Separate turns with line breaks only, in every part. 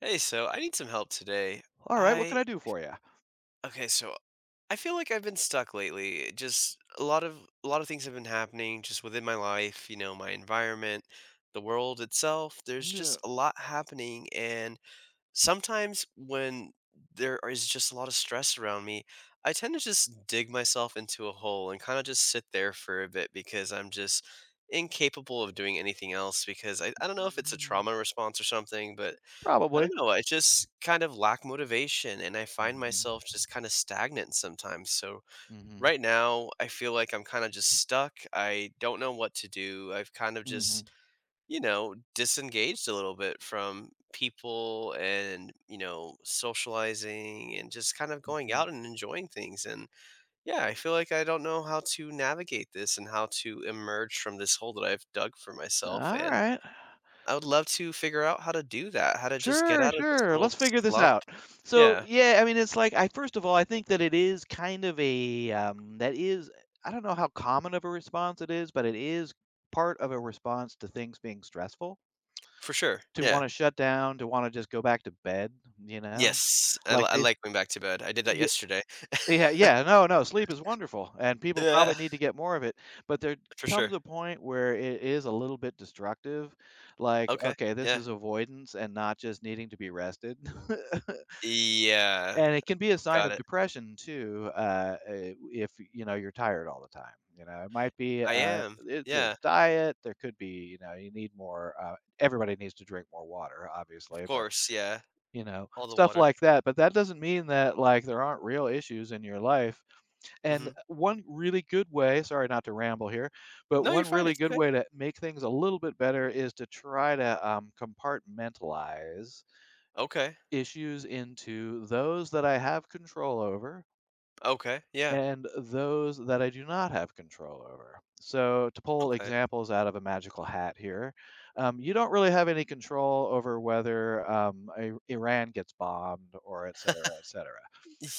Hey, so I need some help today.
All right, what
I
can I do for you?
okay, so I feel like I've been stuck lately. Just a lot of things have been happening just within my life, you know, my environment, the world itself. There's just
Yeah.
a lot happening, and sometimes when there is just a lot of stress around me, I tend to just dig myself into a hole and kind of just sit there for a bit because I'm just incapable of doing anything else because I don't know if it's a
Mm.
trauma response or something. But I
Probably.
don't know, I just kind of lack motivation, and I find myself
Mhm.
just kinda stagnant sometimes. So
Mhm.
right now, I feel like I'm kinda just stuck, I don't know what to do, I've kind of
Mhm.
just, you know, disengaged a little bit from people and, you know, socializing and just kind of going
Mhm.
out and enjoying things. And yeah, I feel like I don't know how to navigate this and how to emerge from this hole that I've dug for myself,
All
and
right.
I would love to figure out how to do that, how to just get
Sure,
out of this
sure.
little
Let's figure this
slump.
out. So,
Yeah,
yeah, I mean, it's like I first of all, I think that it is kind of a that is I don't know how common of a response it is, but it is part of a response to things being stressful,
for sure.
to
Yeah.
want to shut down, to want to just go back to bed, you know?
Yes,
Like
I
they
like going back to bed. I did that
yeah.
yesterday.
Yeah, yeah, no, no, sleep is wonderful, and people
Yeah,
probably need to get more of it, but there
for
comes
sure.
a point where it is a little bit destructive, like,
Okay,
okay, this
yeah.
is avoidance and not just needing to be rested.
Yeah,
And it can be a sign
got
of
it.
depression too, if, you know, you're tired all the time, you know, it might be,
I am.
it there's
Yeah,
diet, there could be, you know, you need more, everybody needs to drink more water,
of
obviously, but
course, yeah.
you know,
All the
stuff
water.
like that, but that doesn't mean that, like, there aren't real issues in your life, and
Mhm.
one really good way sorry not to ramble here, but
No, you're
one
fine,
really
it's
good
okay.
way to make things a little bit better is to try to, compartmentalize
Okay,
issues into those that I have control over
okay, yeah,
and those that I do not have control over. So, to pull
okay.
examples out of a magical hat here, you don't really have any control over whether Iran gets bombed or et cetera, et cetera.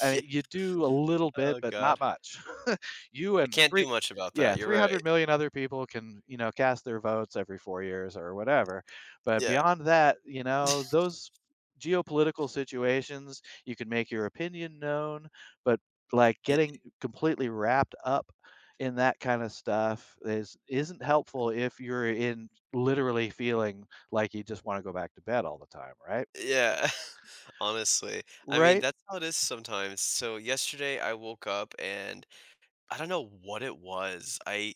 I
Yeah,
mean, you do a little bit,
oh
but not
god.
much. You
I
and
can't do
three
much about that,
yeah,
you're right.
300,000,000 other people can, you know, cast their votes every 4 years or whatever, but
Yeah,
beyond that, you know, those geopolitical situations, you can make your opinion known, but, like, getting completely wrapped up in that kinda stuff is isn't helpful if you're in literally feeling like you just wanna go back to bed all the time, right?
yeah, honestly. I mean,
Right?
that's how it is sometimes. So yesterday I woke up and I don't know what it was.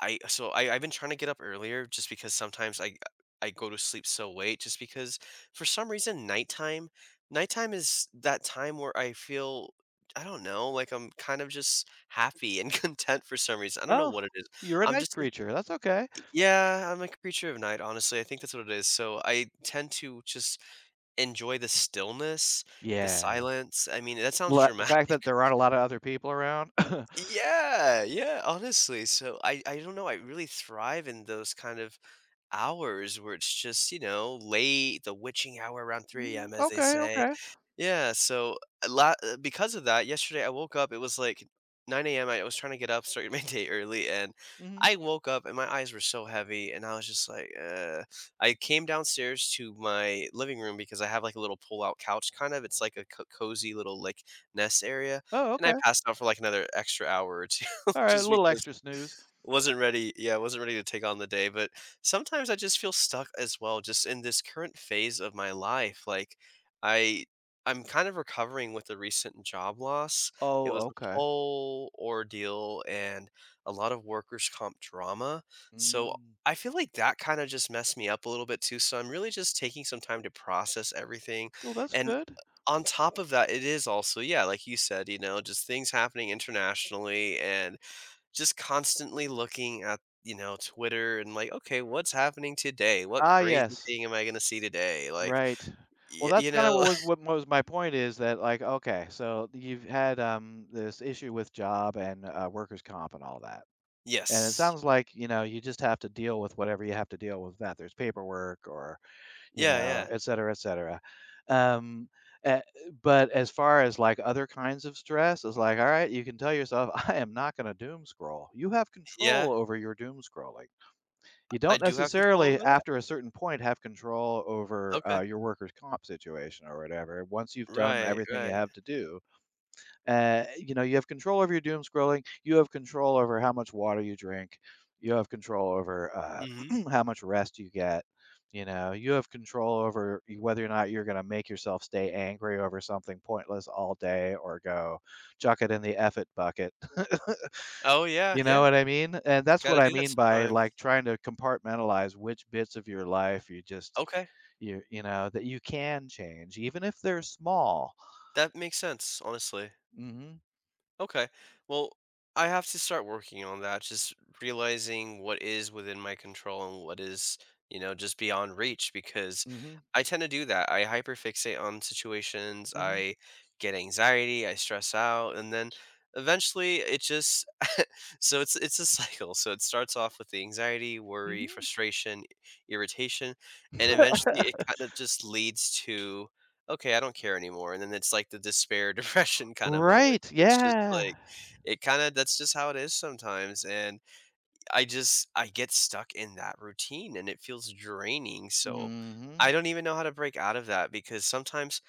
I so I I've been trying to get up earlier just because sometimes I go to sleep so late just because for some reason nighttime is that time where I feel, I don't know, like I'm kind of just happy and content for some reason. I don't know
Oh,
what it is.
you're a
I'm
night
just an-
creature, that's okay.
yeah, I'm a creature of night, honestly. I think that's what it is. So I tend to just enjoy the stillness, the
Yeah.
silence. I mean, that sounds
Well, the fact that
dramatic.
there aren't a lot of other people around.
Yeah, yeah, honestly, so I don't know, I really thrive in those kind of hours where it's just, you know, late, the witching hour around 3
Mm,
AM, as they
okay,
say.
okay.
Yeah, so a lot because of that, yesterday I woke up, it was like 9 AM, I was trying to get up, start my day early, and
Mhm.
I woke up and my eyes were so heavy, and I was just like, I came downstairs to my living room because I have like a little pull-out couch kind of. It's like a cozy little like nest area,
Oh,
and I
okay.
passed out for like another extra hour or two
Alright, a
just
little
because
extra snooze.
wasn't ready, yeah, wasn't ready to take on the day. But sometimes I just feel stuck as well, just in this current phase of my life, like, I I'm kind of recovering with the recent job loss. It
Oh,
was a
okay.
whole ordeal and a lot of workers' comp drama, so
Mm.
I feel like that kinda just messed me up a little bit too, so I'm really just taking some time to process everything.
Well, that's
And
good.
on top of that, it is also, yeah, like you said, you know, just things happening internationally and just constantly looking at, you know, Twitter and like, okay, what's happening today? What
Ah,
crazy
yes.
thing am I gonna see today? Like,
Right. Well, that's
you
kinda what
know,
was what was my point is that, like, okay, so you've had, this issue with job and, workers' comp and all that. And it
yes,
sounds like, you know, you just have to deal with whatever you have to deal with that. There's paperwork or you
yeah,
know,
yeah,
et cetera, et cetera. Um, eh, but as far as, like, other kinds of stress, it's like, "All right, you can tell yourself, I am not gonna doom scroll." You have
yeah.
control over your doom scrolling. You
I
don't
do have control over
necessarily,
that.
after a certain point, have control over,
Okay,
your workers' comp situation or whatever, once you've done
right,
everything you
right.
have to do. You know, you have control over your doom scrolling. You have control over how much water you drink. You have control over
Hmm.
how much rest you get. You know, you have control over whether or not you're going to make yourself stay angry over something pointless all day or go chuck it in the F it bucket.
Oh yeah,
You know
yeah.
what I mean? And that's what
Gotta
I
do that
mean by
sometimes.
like trying to compartmentalize which bits of your life you just
Okay,
you know that you can change, even if they're small.
that makes sense. Honestly.
Hmm.
Okay. Well, I have to start working on that, just realizing what is within my control and what is, you know, just beyond reach because
Hmm.
I tend to do that. I hyperfixate on situations,
Hmm.
I get anxiety, I stress out, and then eventually it just so it's a cycle. So it starts off with the anxiety, worry,
Hmm.
frustration, irritation, and eventually it kind of just leads to, okay, I don't care anymore, and then it's like the despair, depression kinda moment.
Right,
It's just
yeah.
like, it kinda, that's just how it is sometimes, and I get stuck in that routine, and it feels draining, so
Mhm.
I don't even know how to break out of that because sometimes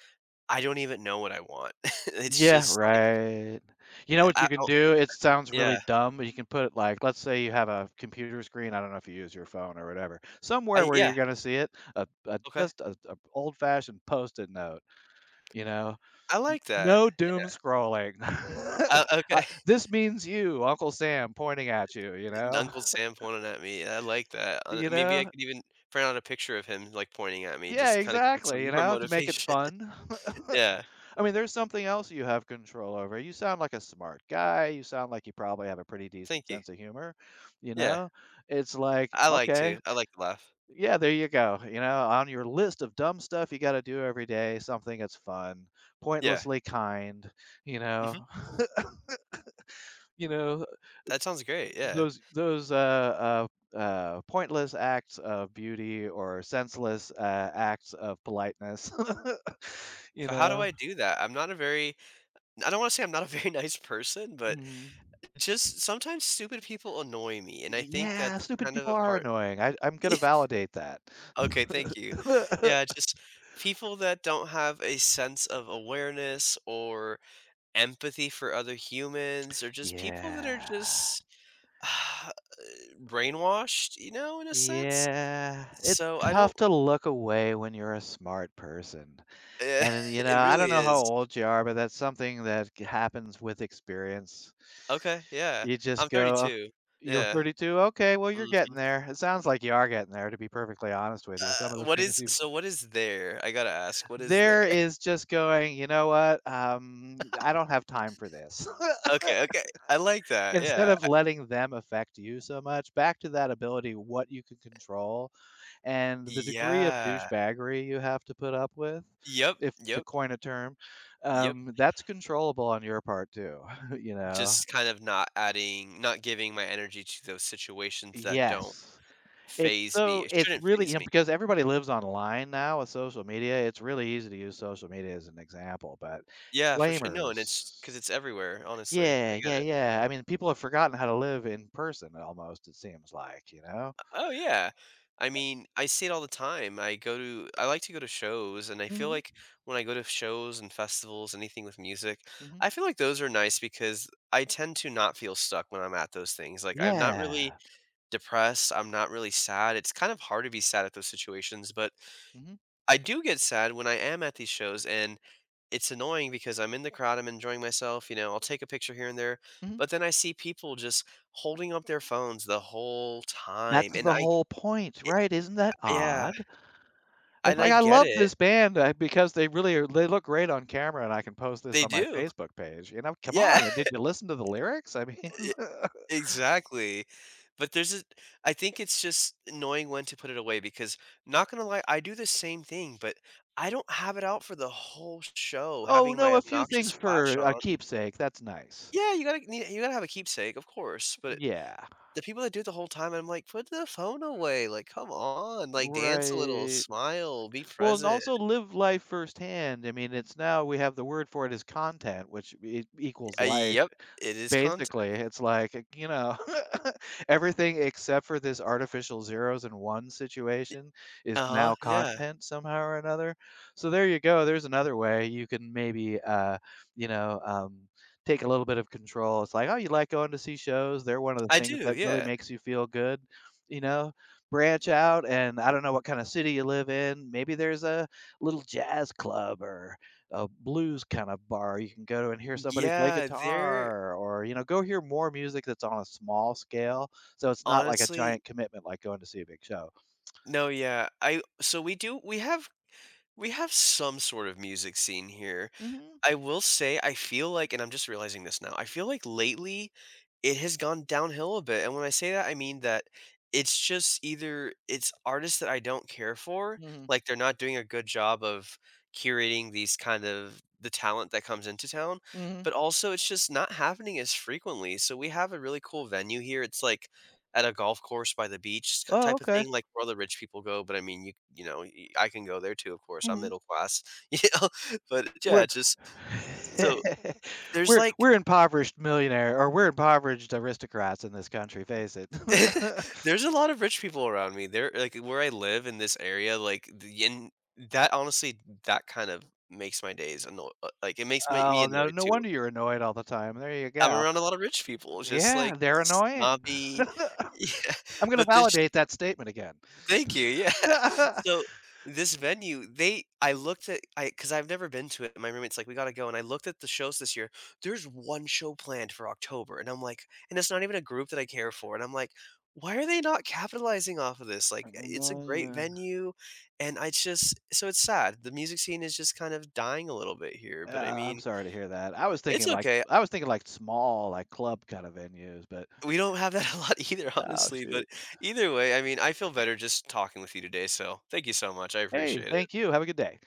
I don't even know what I want. It's
Yeah,
just like,
right. You know what
I
you can
oh,
do? It sounds really
yeah.
dumb, but you can put, like let's say you have a computer screen, I don't know if you use your phone or whatever, somewhere
I
where
Yeah,
you're gonna see it, a
okay.
just a old-fashioned Post-it note, you know?
I like that.
"No doom scrolling." Uh,
Okay.
"This means you, Uncle Sam pointing at you," you know?
Uncle Sam pointing at me, I like that.
You
Maybe I
know?
could even print out a picture of him, like, pointing at me
Yeah,
just to kinda give me
exactly,
some
you
more
know, to make it
motivation.
fun.
Yeah.
I mean, there's something else you have control over. You sound like a smart guy. You sound like you probably have a pretty decent
Thank you.
sense of humor. You
Yeah,
know, it's like,
I like
okay,
to. I like to laugh.
yeah, there you go. You know, on your list of dumb stuff you got to do every day, something that's fun,
Yeah.
pointlessly kind. You
Mhm.
know, you know
That sounds great, yeah.
those pointless acts of beauty or senseless acts of politeness. You
So how do
know.
I do that? I'm not a very, I don't wanna say I'm not a very nice person, but
Mhm.
just sometimes stupid people annoy me, and I think
Yeah,
that's
stupid
kind of
people
a
are
part.
annoying. I'm gonna validate that.
Okay, thank you. Yeah, just people that don't have a sense of awareness or empathy for other humans, or just people that are
Yeah.
just brainwashed, you know, in a sense?
Yeah, it's
So I don't
tough to look away when you're a smart person. And, you know,
It
I don't
really
know how
is.
old you are, but that's something that c happens with experience.
Okay, yeah.
You
I'm
just go, "Oh,
32.
you're
Yeah.
32? Okay, well, you're
Mhm.
getting there." It sounds like you are getting there, to be perfectly honest with you. Some of the
What
things
is,
you've
so what is there? I gotta ask, what is there?
there is just going, "You know what? I don't have time for this."
Okay, okay. I like that,
Instead
yeah.
of
I
letting them affect you so much, back to that ability, what you can control and the degree of
yeah.
douchebaggery you have to put up with,
Yep,
if to
yep,
coin a term,
yep.
that's controllable on your part too. You know?
Just kind of not giving my energy to those situations that don't
Yes.
phase me. It
It's
shouldn't
really, you
phase
know,
me.
because everybody lives online now with social media, it's really easy to use social media as an example, but
Yeah, for sure. No, and it's
blamers.
because it's everywhere, honestly. I
Yeah,
get
yeah,
it.
yeah. I mean, people have forgotten how to live in person almost, it seems like, you know?
Oh yeah. I mean, I see it all the time. I like to go to shows and I feel
Mhm.
like when I go to shows and festivals, anything with music,
Mhm.
I feel like those are nice because I tend to not feel stuck when I'm at those things. Like I'm not really
Yeah.
depressed, I'm not really sad. It's kind of hard to be sad at those situations, but
Mhm,
I do get sad when I am at these shows and it's annoying because I'm in the crowd, I'm enjoying myself, you know, I'll take a picture here and there,
mhm.
but then I see people just holding up their phones the whole time
That's
and
the
I,
whole point, right? Isn't that
yeah,
odd? It's
and I
like, I
get
love
it.
this band, because they really are they look great on camera, and I can post this
They
on my
do.
Facebook page, you know? Come
Yeah,
on, did you listen to the lyrics? I mean
e exactly. But there's a I think it's just knowing when to put it away because, not gonna lie, I do the same thing, but I don't have it out for the whole show,
oh,
having my
no, a few
obnoxious
things for
flash
a
on.
keepsake, that's nice.
Yeah, you gotta nee you gotta have a keepsake, of course, but
Yeah.
the people that do it the whole time, I'm like, "Put the phone away, like, come on, like, dance a little,
Right.
smile, be
Well, and
present."
also live life firsthand, I mean, it's now we have the word for it is content, which e equals life.
Yep, it is content.
Basically, it's like, you know, everything except for this artificial zeros and ones situation is
Uh-huh,
now
yeah.
content somehow or another. So there you go. There's another way you can maybe, you know, take a little bit of control. It's like, oh, you like going to see shows. They're one of the
I
things
do,
that really
yeah.
makes you feel good. You know, branch out, and I don't know what kind of city you live in. Maybe there's a little jazz club or a blues kind of bar you can go to and hear somebody play
Yeah, they're
guitar or, you know, go hear more music that's on a small scale, so it's not like a
honestly,
giant commitment like going to see a big show.
no, yeah. I so we do, we have some sort of music scene here.
Mhm,
I will say, I feel like, and I'm just realizing this now, I feel like lately it has gone downhill a bit, and when I say that, I mean that it's just either it's artists that I don't care for,
mhm,
like, they're not doing a good job of curating these kind of the talent that comes into town,
mhm.
but also it's just not happening as frequently. So we have a really cool venue here, it's, like, at a golf course by the beach, k,
Oh,
type of
okay.
thing, like, where all the rich people go, but I mean, you know, y I can go there too, of course, I'm
Mhm.
middle class, you know, but yeah,
We're
it's just, so, there's, like,
we're impoverished millionaire or we're impoverished aristocrats in this country, face it.
there's a lot of rich people around me. There, like, where I live in this area, like, the and that, honestly, that kind of makes my days annoy. Uh, like, it makes my me
Oh, no
annoyed
no
too.
wonder you're annoyed all the time. There you
I'm
go.
around a lot of rich people, just,
Yeah,
like,
they're annoying.
snobby. Yeah,
I'm gonna
but this
validate that statement again.
thank you, yeah. So, this venue, they I looked at I because I 'cause I've never been to it, my roommate's like, "We gotta go," and I looked at the shows this year, there's one show planned for October, and I'm like, and it's not even a group that I care for, and I'm like, "Why are they not capitalizing off of this?" Like, it's a great venue, and I just so it's sad. The music scene is just kind of dying a little bit here, but I
I'm
mean,
sorry to hear that.
it's okay.
I was thinking like small, like club kind of venues, but
We don't have that a lot either,
oh
honestly, but
shoot.
either way, I mean, I feel better just talking with you today, so thank you so much, I
Hey,
appreciate it.
thank you. Have a good day.